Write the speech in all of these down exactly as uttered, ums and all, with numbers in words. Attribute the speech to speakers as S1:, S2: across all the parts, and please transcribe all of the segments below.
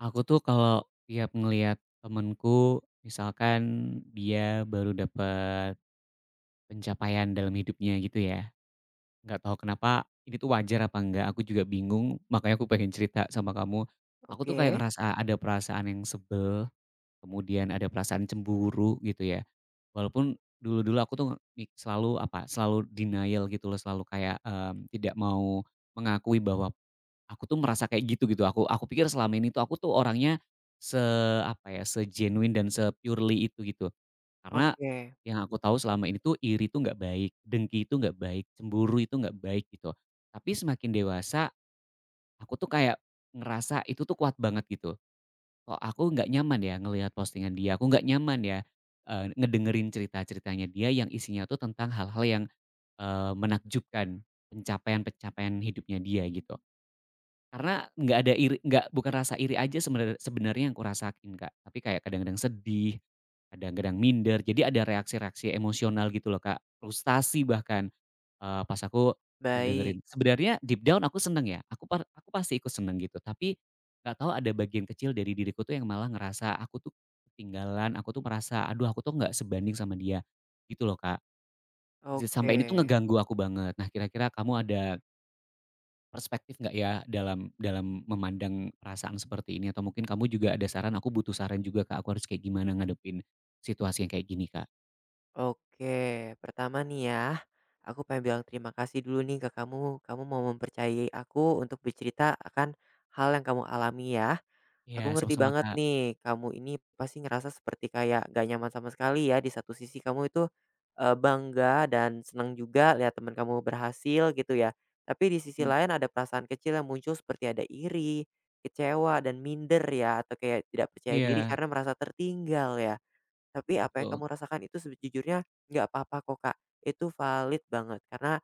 S1: Aku tuh kalau tiap ngelihat temenku, misalkan dia baru dapat pencapaian dalam hidupnya gitu ya, nggak tahu kenapa ini tuh wajar apa enggak, aku juga bingung, makanya aku pengen cerita sama kamu. Aku tuh kayak
S2: Oke
S1: ngerasa ada perasaan yang sebel, kemudian ada perasaan cemburu gitu ya. Walaupun dulu-dulu aku tuh mik- selalu apa, selalu denial gitu loh, selalu kayak em, tidak mau mengakui bahwa aku tuh merasa kayak gitu gitu, aku aku pikir selama ini tuh aku tuh orangnya se apa ya, se-genuine dan se-purely itu gitu. Karena
S2: oke,
S1: yang aku tahu selama ini tuh iri tuh nggak baik, dengki itu nggak baik, cemburu itu nggak baik gitu. Tapi semakin dewasa aku tuh kayak ngerasa itu tuh kuat banget gitu. Kok aku nggak nyaman ya ngelihat postingan dia, aku nggak nyaman ya, eee, ngedengerin cerita-ceritanya dia yang isinya tuh tentang hal-hal yang eee, menakjubkan, pencapaian-pencapaian hidupnya dia gitu. Karena nggak ada iri nggak, bukan rasa iri aja sebenar sebenarnya yang kurasakin, Kak, tapi kayak kadang-kadang sedih, kadang-kadang minder, jadi ada reaksi-reaksi emosional gitu loh, Kak, frustasi bahkan, eee, pas aku ngedengerin.
S2: baik,
S1: Sebenarnya deep down aku seneng ya, aku par aku pasti ikut seneng gitu, tapi nggak tahu ada bagian kecil dari diriku tuh yang malah ngerasa aku tuh ketinggalan, aku tuh merasa, "Aduh, aku tuh nggak sebanding sama dia," gitu loh, Kak. Ja
S2: oke
S1: sampai ini tuh ngeganggu aku banget. Nah, kira-kira kamu ada perspektif nggak ya dalam dalam memandang perasaan seperti ini, atau mungkin kamu juga ada saran, aku butuh saran juga Kak, aku harus kayak gimana ngadepin situasi yang kayak gini Kak?
S2: oke. Pertama nih ya, aku pengen bilang terima kasih dulu nih ke kamu, kamu mau mempercayai aku untuk bercerita akan hal yang kamu alami ya.
S1: Iya
S2: Aku ngerti
S1: sama-sama
S2: banget
S1: Kak.
S2: nih, kamu ini pasti ngerasa seperti kayak gak nyaman sama sekali ya. Di satu sisi kamu itu, eee, bangga dan senang juga lihat teman kamu berhasil gitu ya. Tapi di sisi
S1: Mhm.
S2: lain ada perasaan kecil yang muncul seperti ada iri, kecewa, dan minder ya, atau kayak tidak percaya diri
S1: Iya,
S2: karena merasa tertinggal ya. Tapi apa yang
S1: betul.
S2: kamu rasakan itu sejujurnya nggak apa-apa kok, Kak. Itu valid banget karena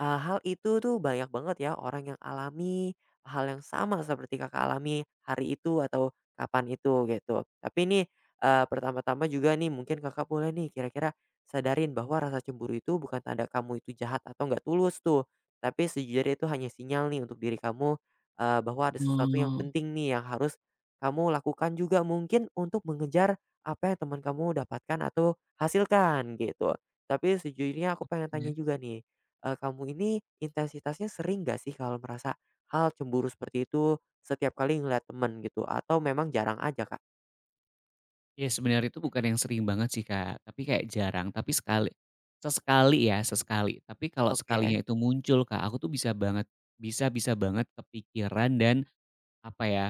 S2: Eee, hal itu tuh banyak banget ya orang yang alami hal yang sama seperti Kakak alami hari itu atau kapan itu gitu. Tapi ini eee, pertama-tama juga nih mungkin Kakak boleh nih kira-kira sadarin bahwa rasa cemburu itu bukan tanda kamu itu jahat atau nggak tulus tuh. Tapi sejujurnya itu hanya sinyal nih untuk diri kamu, eee, bahwa ada sesuatu yang
S1: Oh,
S2: penting nih yang harus kamu lakukan juga mungkin untuk mengejar apa yang teman kamu dapatkan atau hasilkan gitu. Tapi sejujurnya aku pengen
S1: iya.
S2: tanya juga nih eee, kamu ini intensitasnya sering nggak sih kalau merasa hal cemburu seperti itu setiap kali ngeliat temen gitu atau memang jarang aja, Kak?
S1: Ya sebenarnya itu bukan yang sering banget sih Kak, tapi kayak jarang, tapi sekali sesekali ya, sesekali. Tapi kalau
S2: Oke
S1: sekalinya itu muncul Kak, aku tuh bisa banget bisa bisa banget kepikiran dan apa ya,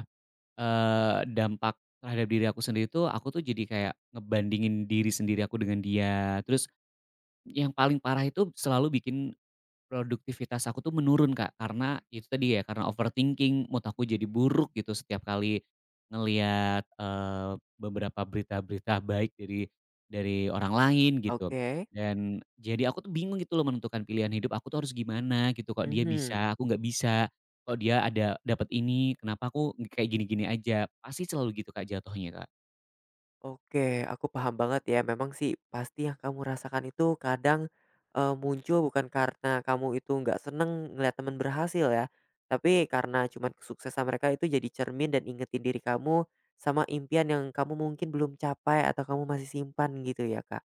S1: Eee, dampak terhadap diri aku sendiri tuh, aku tuh jadi kayak ngebandingin diri sendiri aku dengan dia, terus yang paling parah itu selalu bikin produktivitas aku tuh menurun, Kak, karena itu tadi ya, karena overthinking, mood aku jadi buruk gitu setiap kali ngelihat eee, beberapa berita-berita baik dari dari orang lain gitu.
S2: oke.
S1: Dan jadi aku tuh bingung gitu loh menentukan pilihan hidup aku tuh harus gimana gitu, kok dia
S2: Mhm.
S1: bisa, aku nggak bisa, kok dia ada dapat ini, kenapa aku kayak gini-gini aja. Pasti selalu gitu, Kak, jatuhnya, Kak.
S2: Oke, aku paham banget ya memang sih pasti yang kamu rasakan itu kadang, eee, muncul bukan karena kamu itu nggak seneng ngeliat temen berhasil ya, tapi karena cuman kesuksesan mereka itu jadi cermin dan ingetin diri kamu sama impian yang kamu mungkin belum capai atau kamu masih simpan gitu ya, Kak?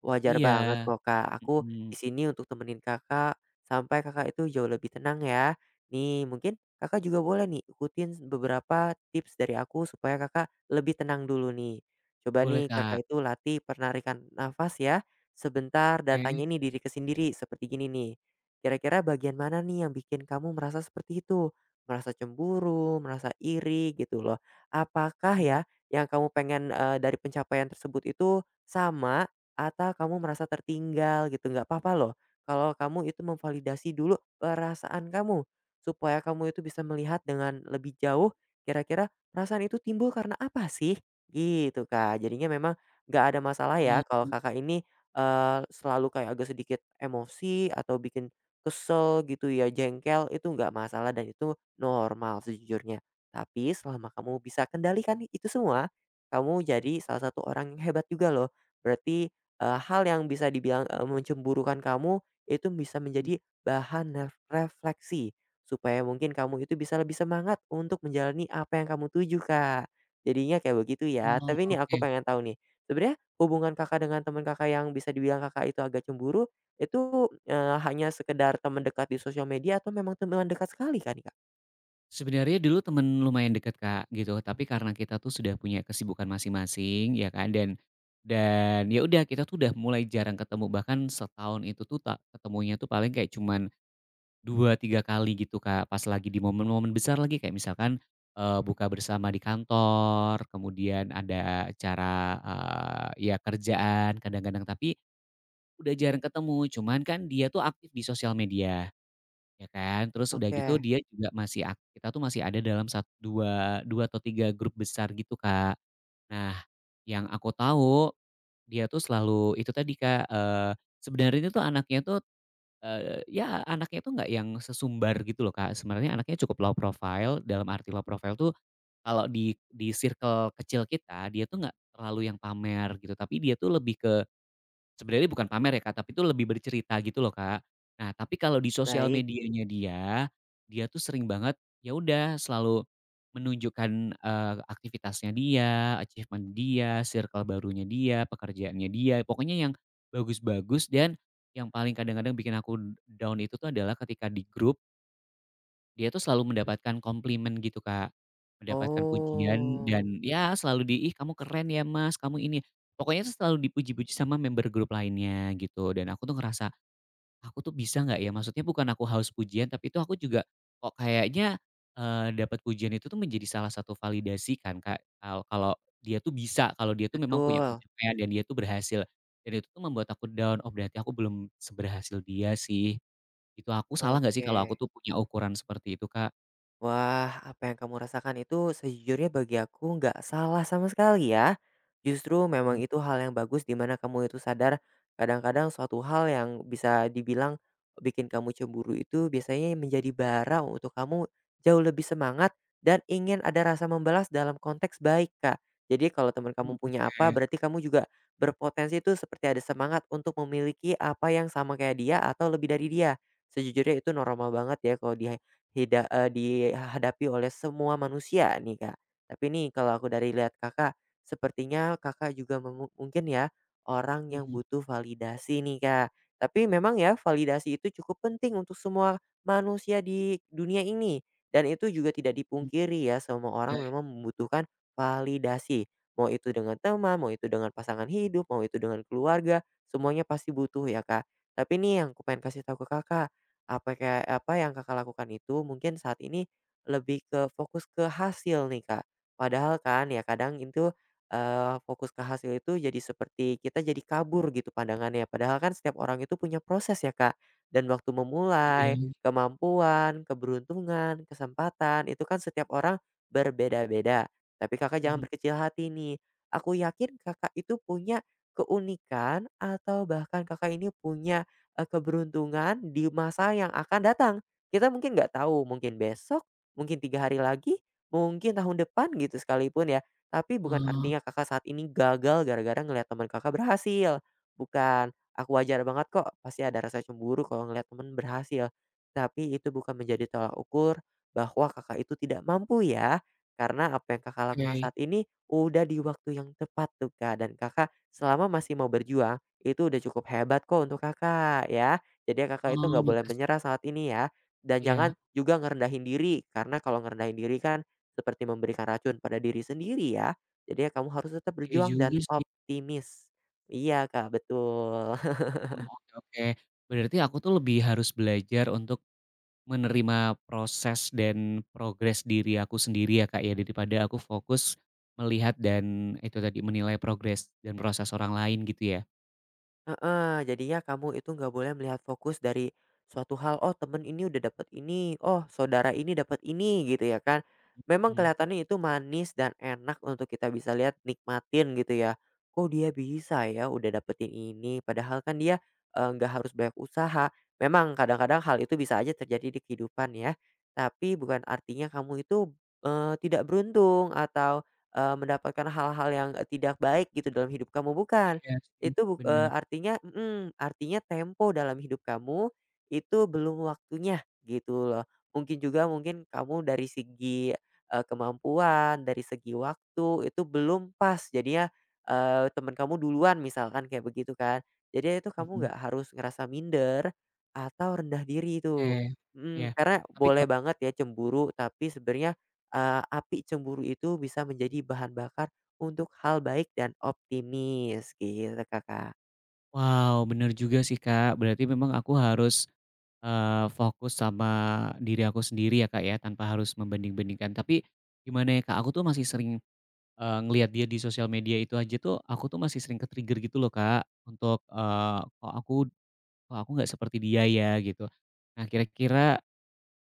S2: Wajar
S1: Iya.
S2: banget kok, Kak. Aku
S1: Mhm.
S2: di sini untuk temenin Kakak sampai Kakak itu jauh lebih tenang ya. Nih, mungkin Kakak juga boleh nih ikutin beberapa tips dari aku supaya Kakak lebih tenang dulu nih. Coba
S1: Boleh,
S2: nih
S1: Kak.
S2: Kakak itu latih penarikan nafas ya, sebentar dan
S1: Oke.
S2: tanya ini diri ke sendiri seperti gini nih. Kira-kira bagian mana nih yang bikin kamu merasa seperti itu? Merasa cemburu, merasa iri gitu loh. Apakah
S1: Mmm.
S2: ya yang kamu pengen eh, dari pencapaian tersebut itu sama atau kamu merasa tertinggal gitu, nggak papa loh kalau kamu itu memvalidasi dulu perasaan kamu, supaya kamu itu bisa melihat dengan lebih jauh kira-kira perasaan itu timbul karena apa sih? Gitu, Kak. Jadinya memang nggak ada masalah
S1: Oh.
S2: ya kalau Kakak ini, eee, selalu kayak agak sedikit emosi atau bikin kesel gitu ya, jengkel, itu nggak masalah dan itu normal sejujurnya. Tapi selama kamu bisa kendalikan itu semua, kamu jadi salah satu orang yang hebat juga loh. Berarti Eee, hal yang bisa dibilang, eee, mencemburukan kamu itu bisa
S1: Mhm.
S2: menjadi bahan ref refleksi, supaya mungkin kamu itu bisa lebih semangat untuk menjalani apa yang kamu tuju, Kak. Jadinya kayak begitu ya.
S1: Oh,
S2: Tapi ini aku
S1: oke.
S2: pengen tahu nih, sebenarnya hubungan Kakak dengan teman Kakak yang bisa dibilang Kakak itu agak cemburu, itu, eee, hanya sekedar teman dekat di sosial media atau memang teman dekat sekali kan nih, Kak?
S1: Sebenarnya dulu temen lumayan deket, Kak, gitu. Tapi karena kita tuh sudah punya kesibukan masing-masing ya kan, dan dan ya udah kita tuh udah mulai jarang ketemu, bahkan setahun itu tuh tak ketemunya tuh paling kayak cuman dua tiga kali gitu, Kak. Pas lagi di momen-momen besar lagi kayak misalkan, eee, buka bersama di kantor, kemudian ada acara, eee, ya kerjaan kadang-kadang, tapi udah jarang ketemu. Cuman kan dia tuh aktif di sosial media. Ya kan, terus udah
S2: Oke,
S1: gitu dia juga masih ak kita tuh masih ada dalam satu dua dua atau tiga grup besar gitu, Kak. Nah, yang aku tahu dia tuh selalu itu tadi, Kak, eee, sebenarnya tuh anaknya tuh, eee, ya anaknya tuh nggak yang sesumbar gitu loh, Kak. Sebenarnya anaknya cukup low profile, dalam arti low profile tuh kalau di di circle kecil kita, dia tuh nggak terlalu yang pamer gitu, tapi dia tuh lebih ke, sebenarnya bukan pamer ya Kak, tapi itu lebih bercerita gitu loh Kak. Nah, tapi kalau di sosial
S2: baik.
S1: medianya dia, dia tuh sering banget, ya udah selalu menunjukkan eee, aktivitasnya dia, achievement dia, circle barunya dia, pekerjaannya dia, pokoknya yang bagus-bagus. Dan yang paling kadang-kadang bikin aku down itu tuh adalah ketika di grup dia tuh selalu mendapatkan komplimen gitu, Kak, mendapatkan pujian,
S2: Oh,
S1: dan ya selalu di, "Ih kamu keren ya Mas, kamu ini." Pokoknya tuh selalu dipuji-puji sama member grup lainnya gitu, dan aku tuh ngerasa, "Aku tuh bisa nggak ya?" Maksudnya bukan aku haus pujian, tapi itu aku juga kok kayaknya, eee, dapat pujian itu tuh menjadi salah satu validasi kan, Kak, kalau kalau dia tuh bisa, kalau dia tuh memang punya
S2: betul,
S1: pencapaian dan dia tuh berhasil, dan itu tuh membuat aku down, "Oh berarti aku belum seberhasil dia sih." Itu aku salah nggak sih kalau aku
S2: oke.
S1: tuh punya ukuran seperti itu, Kak?
S2: Wah, apa yang kamu rasakan itu sejujurnya bagi aku nggak salah sama sekali ya. Justru
S1: Mhm,
S2: memang itu hal yang bagus di mana kamu itu sadar kadang-kadang suatu hal yang bisa dibilang bikin kamu cemburu itu biasanya menjadi bara untuk kamu jauh lebih semangat dan ingin ada rasa membalas dalam konteks baik, Kak. Jadi kalau teman kamu punya apa,
S1: oke.
S2: berarti kamu juga berpotensi itu seperti ada semangat untuk memiliki apa yang sama kayak dia atau lebih dari dia. Sejujurnya itu normal banget ya kalau di Hida eee, dihadapi oleh semua manusia nih, Kak. Tapi nih kalau aku dari lihat Kakak, sepertinya Kakak juga memu mungkin ya, orang yang
S1: Mhm,
S2: butuh validasi nih, Kak. Tapi memang ya validasi itu cukup penting untuk semua manusia di dunia ini, dan itu juga tidak
S1: mhm.
S2: dipungkiri ya semua orang memang membutuhkan validasi. Mau itu dengan teman, mau itu dengan pasangan hidup, mau itu dengan keluarga, semuanya pasti butuh ya, Kak. Tapi nih yang aku pengen kasih tahu ke Kakak, apa kayak apa yang Kakak lakukan itu mungkin saat ini lebih ke fokus ke hasil nih, Kak. Padahal kan ya kadang itu, eee, fokus ke hasil itu jadi seperti kita jadi kabur gitu pandangannya. Padahal kan setiap orang itu punya proses ya, Kak, dan waktu memulai,
S1: Kebayang.
S2: kemampuan, keberuntungan, kesempatan, itu kan setiap orang berbeda-beda. Tapi Kakak jangan
S1: Mhm.
S2: berkecil hati nih. Aku yakin Kakak itu punya keunikan atau bahkan Kakak ini punya eee, keberuntungan di masa yang akan datang. Kita mungkin nggak tahu, mungkin besok, mungkin tiga hari lagi, mungkin tahun depan gitu sekalipun ya. Tapi bukan artinya Kakak saat ini gagal gara-gara ngelihat teman Kakak berhasil, bukan. Aku wajar banget kok pasti ada rasa cemburu kalau ngelihat teman berhasil, tapi itu bukan menjadi tolak ukur bahwa Kakak itu tidak mampu ya. Karena apa yang Kakak lakukan
S1: Oke.
S2: saat ini udah di waktu yang tepat tuh, Kak, dan Kakak selama masih mau berjuang itu udah cukup hebat kok untuk Kakak ya. Jadi
S1: Oh,
S2: Kakak itu nggak boleh
S1: makasih.
S2: menyerah saat ini ya. Dan jangan
S1: Iya,
S2: juga ngerendahin diri, karena kalau ngerendahin diri kan seperti memberikan racun pada diri sendiri ya. Jadinya kamu harus tetap
S1: oke
S2: berjuang dan
S1: juga sih.
S2: optimis. Iya Kak, betul.
S1: Mmm, oke, oke. Berarti aku tuh lebih harus belajar untuk menerima proses dan progres diri aku sendiri ya, Kak, ya, daripada aku fokus melihat dan itu tadi, menilai progres dan proses orang lain gitu ya?
S2: Heeh, jadinya kamu itu nggak boleh melihat fokus dari suatu hal, oh temen ini udah dapat ini, oh saudara ini dapat ini gitu ya kan. Memang
S1: Mhm.
S2: kelihatannya itu manis dan enak untuk kita bisa lihat nikmatin gitu ya. Kok dia bisa ya udah dapetin ini, padahal kan dia eh, nggak harus banyak usaha. Memang kadang-kadang hal itu bisa aja terjadi di kehidupan ya. Tapi bukan artinya kamu itu eh, tidak beruntung atau eh, mendapatkan hal-hal yang tidak baik gitu dalam hidup kamu bukan
S1: Iya sih,
S2: itu buk eee,
S1: bener.
S2: artinya mhm, artinya tempo dalam hidup kamu itu belum waktunya gitu loh. Mungkin juga mungkin kamu dari segi, eee, kemampuan, dari segi waktu itu belum pas jadinya, eee, temen kamu duluan misalkan kayak begitu kan. Jadi itu kamu
S1: Mhm.
S2: nggak harus ngerasa minder atau rendah diri
S1: Oke,
S2: itu
S1: iya.
S2: mhm, karena
S1: Tapi
S2: boleh
S1: kok,
S2: banget ya cemburu tapi sebenarnya, eee, api cemburu itu bisa menjadi bahan bakar untuk hal baik dan optimis gitu Kakak.
S1: wow, bener juga sih, Kak. Berarti memang aku harus Eee, fokus sama diri aku sendiri ya Kak ya, tanpa harus membanding-bandingkan. Tapi gimana ya Kak, aku tuh masih sering eee, ngelihat dia di sosial media itu aja tuh, aku tuh masih sering ke-trigger gitu loh Kak, untuk eee, kok aku kok aku nggak seperti dia ya, gitu. Nah, kira-kira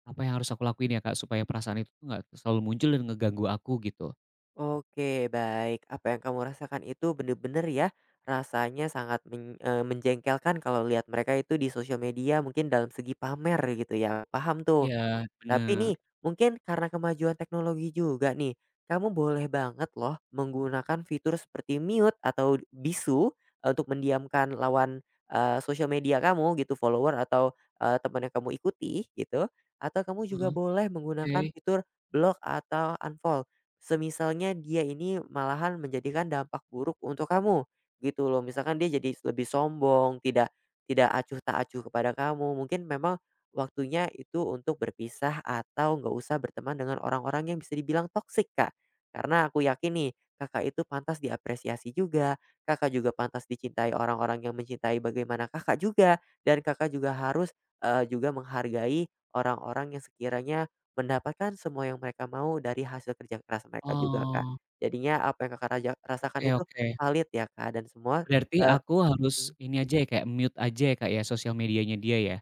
S1: apa yang harus aku lakuin ya Kak, supaya perasaan itu tuh nggak selalu muncul dan ngeganggu aku gitu?
S2: Oke baik, apa yang kamu rasakan itu bener-bener ya rasanya sangat men eee, menjengkelkan kalau lihat mereka itu di sosial media mungkin dalam segi pamer gitu ya, paham tuh.
S1: Iya,
S2: Tapi
S1: bener.
S2: nih, mungkin karena kemajuan teknologi juga nih, kamu boleh banget loh menggunakan fitur seperti mute atau bisu eh, untuk mendiamkan lawan, eee, sosial media kamu gitu, follower atau, eee, teman yang kamu ikuti gitu, atau kamu juga boleh menggunakan
S1: Oke.
S2: fitur block atau unfollow. Semisalnya dia ini malahan menjadikan dampak buruk untuk kamu, gitu loh. Misalkan dia jadi lebih sombong, tidak tidak acuh tak acuh kepada kamu, mungkin memang waktunya itu untuk berpisah atau nggak usah berteman dengan orang-orang yang bisa dibilang toksik, Kak. Karena aku yakin nih, Kakak itu pantas diapresiasi juga, Kakak juga pantas dicintai orang-orang yang mencintai bagaimana Kakak juga, dan Kakak juga harus, eee, juga menghargai orang-orang yang sekiranya mendapatkan semua yang mereka mau dari hasil kerja keras mereka juga, Kak.
S1: Oh,
S2: Jadinya apa yang Kakak raja rasakan
S1: oke,
S2: itu
S1: oke.
S2: valid ya, Kak, dan semua,
S1: Berarti
S2: eee
S1: aku harus
S2: mhm,
S1: ini aja ya, kayak mute aja ya Kak ya, sosial medianya dia ya?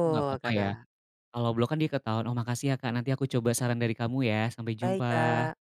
S1: Itu nggak apa-apa ya?
S2: Kakak.
S1: Kalau blok kan dia ketahuan, "Oh makasih ya Kak, nanti aku coba saran dari kamu ya, sampai
S2: Baik,
S1: jumpa."
S2: Kak.